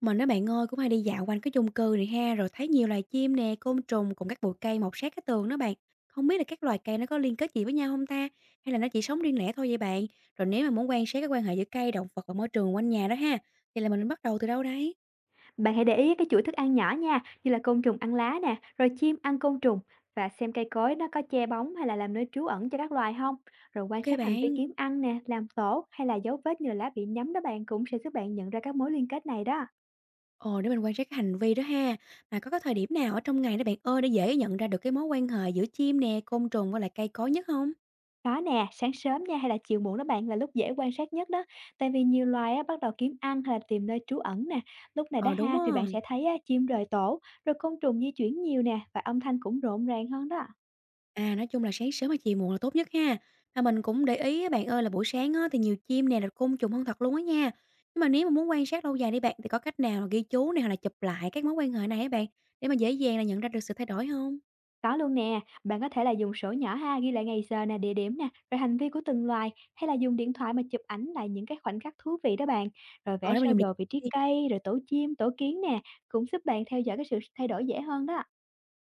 Mình á bạn ơi, cũng hay đi dạo quanh cái chung cư này ha, rồi thấy nhiều loài chim nè, côn trùng cùng các bụi cây mọc sát cái tường đó bạn. Không biết là các loài cây nó có liên kết gì với nhau không ta? Hay là nó chỉ sống riêng lẻ thôi vậy bạn? Rồi nếu mà muốn quan sát cái quan hệ giữa cây, động vật và môi trường quanh nhà đó ha, thì là mình nên bắt đầu từ đâu đấy? Bạn hãy để ý cái chuỗi thức ăn nhỏ nha, như là côn trùng ăn lá nè, rồi chim ăn côn trùng và xem cây cối nó có che bóng hay là làm nơi trú ẩn cho các loài không. Rồi quan Ok sát hành vi bạn. kiếm ăn nè, làm tổ hay là dấu vết như là lá bị nhấm đó bạn cũng sẽ giúp bạn nhận ra các mối liên kết này đó. Ồ, để mình quan sát cái hành vi đó ha. Mà có cái thời điểm nào ở trong ngày đó bạn ơi, để dễ nhận ra được cái mối quan hệ giữa chim nè, côn trùng với lại cây cối nhất không? Có nè, sáng sớm nha hay là chiều muộn đó bạn là lúc dễ quan sát nhất đó. Tại vì nhiều loài á, bắt đầu kiếm ăn hay là tìm nơi trú ẩn nè. Lúc này đó Ờ đúng ha á. thì bạn sẽ thấy á, chim rời tổ, rồi côn trùng di chuyển nhiều nè và âm thanh cũng rộn ràng hơn đó. À, nói chung là sáng sớm hay chiều muộn là tốt nhất ha. Mà mình cũng để ý á bạn ơi là buổi sáng á, thì nhiều chim nè, rồi côn trùng hơn thật luôn á nha. Nhưng mà nếu mà muốn quan sát lâu dài đi bạn thì có cách nào là ghi chú này hoặc là chụp lại các mối quan hệ này á bạn để mà dễ dàng là nhận ra được sự thay đổi không? Có luôn nè, bạn có thể là dùng sổ nhỏ ha, ghi lại ngày giờ nè, địa điểm nè, rồi hành vi của từng loài hay là dùng điện thoại mà chụp ảnh lại những cái khoảnh khắc thú vị đó bạn. Rồi vẽ Ờ, để mình sơ dùng điện đồ vị thoại trí đi. cây, rồi tổ chim, tổ kiến nè, cũng giúp bạn theo dõi cái sự thay đổi dễ hơn đó.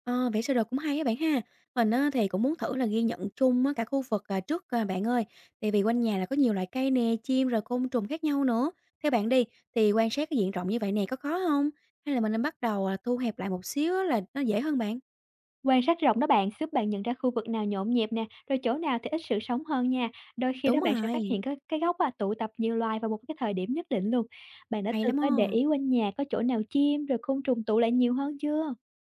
Ờ, vẽ sơ đồ cũng hay á bạn ha. Mình á, thì cũng muốn thử là ghi nhận chung á, cả khu vực à, trước à, bạn ơi. Tại vì quanh nhà là có nhiều loại cây nè, chim rồi côn trùng khác nhau nữa. Theo bạn đi thì quan sát cái diện rộng như vậy nè có khó không? Hay là mình nên bắt đầu à, thu hẹp lại một xíu á, là nó dễ hơn bạn? Quan sát rộng đó bạn, giúp bạn nhận ra khu vực nào nhộn nhịp nè, rồi chỗ nào thì ít sự sống hơn nha. Đôi khi đó Đúng bạn sẽ phát rồi, hiện có cái góc à, tụ tập nhiều loài vào một cái thời điểm nhất định luôn. Bạn đã hay từng lắm á. có để ý quanh nhà có chỗ nào chim rồi côn trùng tụ lại nhiều hơn chưa?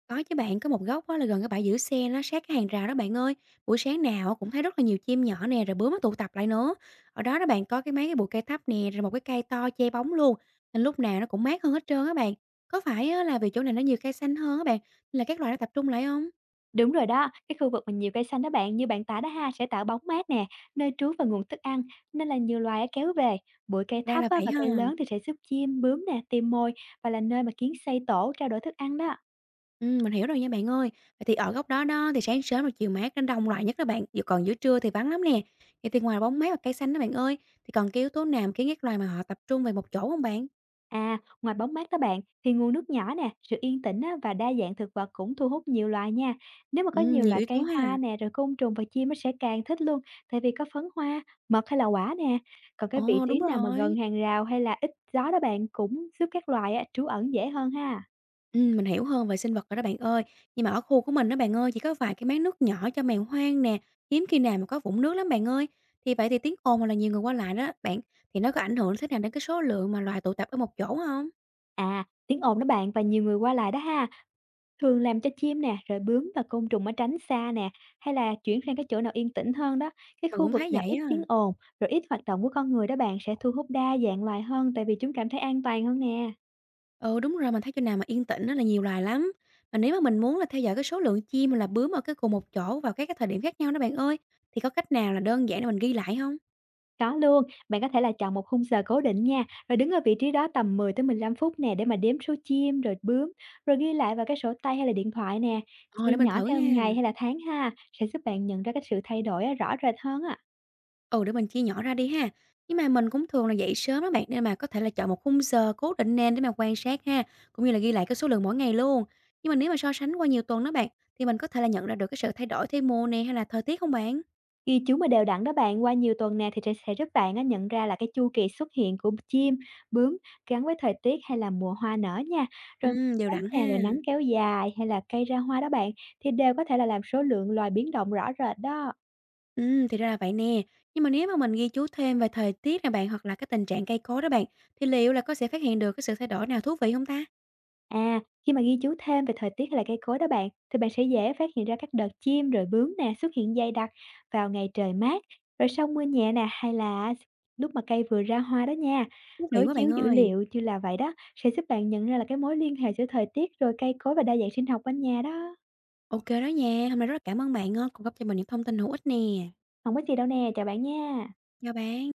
Có chứ bạn, có một góc á là gần cái bãi giữ xe nó sát cái hàng rào đó bạn ơi. Buổi sáng nào á cũng thấy rất là nhiều chim nhỏ nè, rồi bướm nó tụ tập lại nữa. Ở đó đó bạn có cái mấy cái bụi cây thấp nè, rồi một cái cây to che bóng luôn. Nên lúc nào nó cũng mát hơn hết trơn á bạn. Có phải á là vì chỗ này nó nhiều cây xanh hơn á bạn, nên là các loài nó tập trung lại không? Đúng rồi đó, cái khu vực mà nhiều cây xanh đó bạn, như bạn tả đó ha, sẽ tạo bóng mát nè, nơi trú và nguồn thức ăn, nên là nhiều loài á kéo về. Bụi cây Ra thấp là á, vậy và ha. cây lớn thì sẽ giúp chim, bướm nè, tìm mồi và là nơi mà kiến xây tổ trao đổi thức ăn đó. Mình hiểu rồi nha bạn ơi. Vậy thì ở góc đó đó, thì sáng sớm và chiều mát nó đông lại nhất đó bạn, còn giữa trưa thì vắng lắm nè. Vậy thì ngoài bóng mát và cây xanh đó bạn ơi, thì còn cái yếu tố nào mà khiến các loài mà họ tập trung về một chỗ không bạn? À, ngoài bóng mát đó bạn, thì nguồn nước nhỏ nè, sự yên tĩnh á, và đa dạng thực vật cũng thu hút nhiều loài nha. Nếu mà có nhiều Nhiều loại yếu tố cây ha. hoa nè, rồi côn trùng và chim nó sẽ càng thích luôn, tại vì có phấn hoa, mật hay là quả nè. Còn cái vị Ồ, trí đúng nào mà gần rồi. hàng rào hay là ít gió đó bạn cũng giúp các loài á, trú ẩn dễ hơn ha. Mình hiểu hơn về sinh vật rồi đó bạn ơi. Nhưng mà ở khu của mình đó bạn ơi, chỉ có vài cái máng nước nhỏ cho mèo hoang nè, hiếm khi nào mà có vũng nước lắm bạn ơi. Thì vậy thì tiếng ồn hoặc là nhiều người qua lại đó bạn, thì nó có ảnh hưởng thế nào đến cái số lượng mà loài tụ tập ở một chỗ không? À, tiếng ồn đó bạn và nhiều người qua lại đó ha, thường làm cho chim nè, rồi bướm và côn trùng nó tránh xa nè, hay là chuyển sang cái chỗ nào yên tĩnh hơn đó. Cái Mình khu cũng vực thấy nào vậy ít á. tiếng ồn, rồi ít hoạt động của con người đó bạn sẽ thu hút đa dạng loài hơn tại vì chúng cảm thấy an toàn hơn nè. Ừ, đúng rồi, mình thấy chỗ nào mà yên tĩnh á là nhiều loài lắm. Mà nếu mà mình muốn là theo dõi cái số lượng chim hoặc là bướm ở cái cùng một chỗ vào các cái thời điểm khác nhau đó bạn ơi, thì có cách nào là đơn giản để mình ghi lại không? Có luôn, bạn có thể là chọn một khung giờ cố định nha, rồi đứng ở vị trí đó tầm 10 tới 15 phút nè để mà đếm số chim rồi bướm, rồi ghi lại vào cái sổ tay hay là điện thoại nè, Ờ, chia để mình nhỏ thử theo ngày nha. hay là tháng ha, sẽ giúp bạn nhận ra cái sự thay đổi á, rõ rệt hơn á. Ừ, để mình chia nhỏ ra đi ha. Nhưng mà mình cũng thường là dậy sớm đó bạn, nên mà có thể là chọn một khung giờ cố định nè để mà quan sát ha, cũng như là ghi lại cái số lượng mỗi ngày luôn. Nhưng mà nếu mà so sánh qua nhiều tuần đó bạn, thì mình có thể là nhận ra được cái sự thay đổi theo mùa nè hay là thời tiết không bạn? Khi chú mà đều đặn đó bạn, qua nhiều tuần nè thì sẽ giúp bạn á, nhận ra là cái chu kỳ xuất hiện của chim, bướm gắn với thời tiết hay là mùa hoa nở nha. Rồi Đều nắng đặn ha. nè, rồi nắng kéo dài hay là cây ra hoa đó bạn thì đều có thể là làm số lượng loài biến động rõ rệt đó. Thì ra là vậy nè. Nhưng mà nếu mà mình ghi chú thêm về thời tiết nè bạn, hoặc là cái tình trạng cây cối đó bạn, thì liệu là có sẽ phát hiện được cái sự thay đổi nào thú vị không ta? À, khi mà ghi chú thêm về thời tiết hay là cây cối đó bạn, thì bạn sẽ dễ phát hiện ra các đợt chim rồi bướm nè xuất hiện dày đặc vào ngày trời mát, rồi sau mưa nhẹ nè hay là lúc mà cây vừa ra hoa đó nha. Thú vị Đối quá chiếu bạn dữ ơi. liệu như là vậy đó sẽ giúp bạn nhận ra là cái mối liên hệ giữa thời tiết rồi cây cối và đa dạng sinh học quanh nhà đó. Ok đó nha, hôm nay rất là cảm ơn bạn, cung cấp cho mình những thông tin hữu ích nè. Không có gì đâu nè, chào bạn nha. Chào bạn.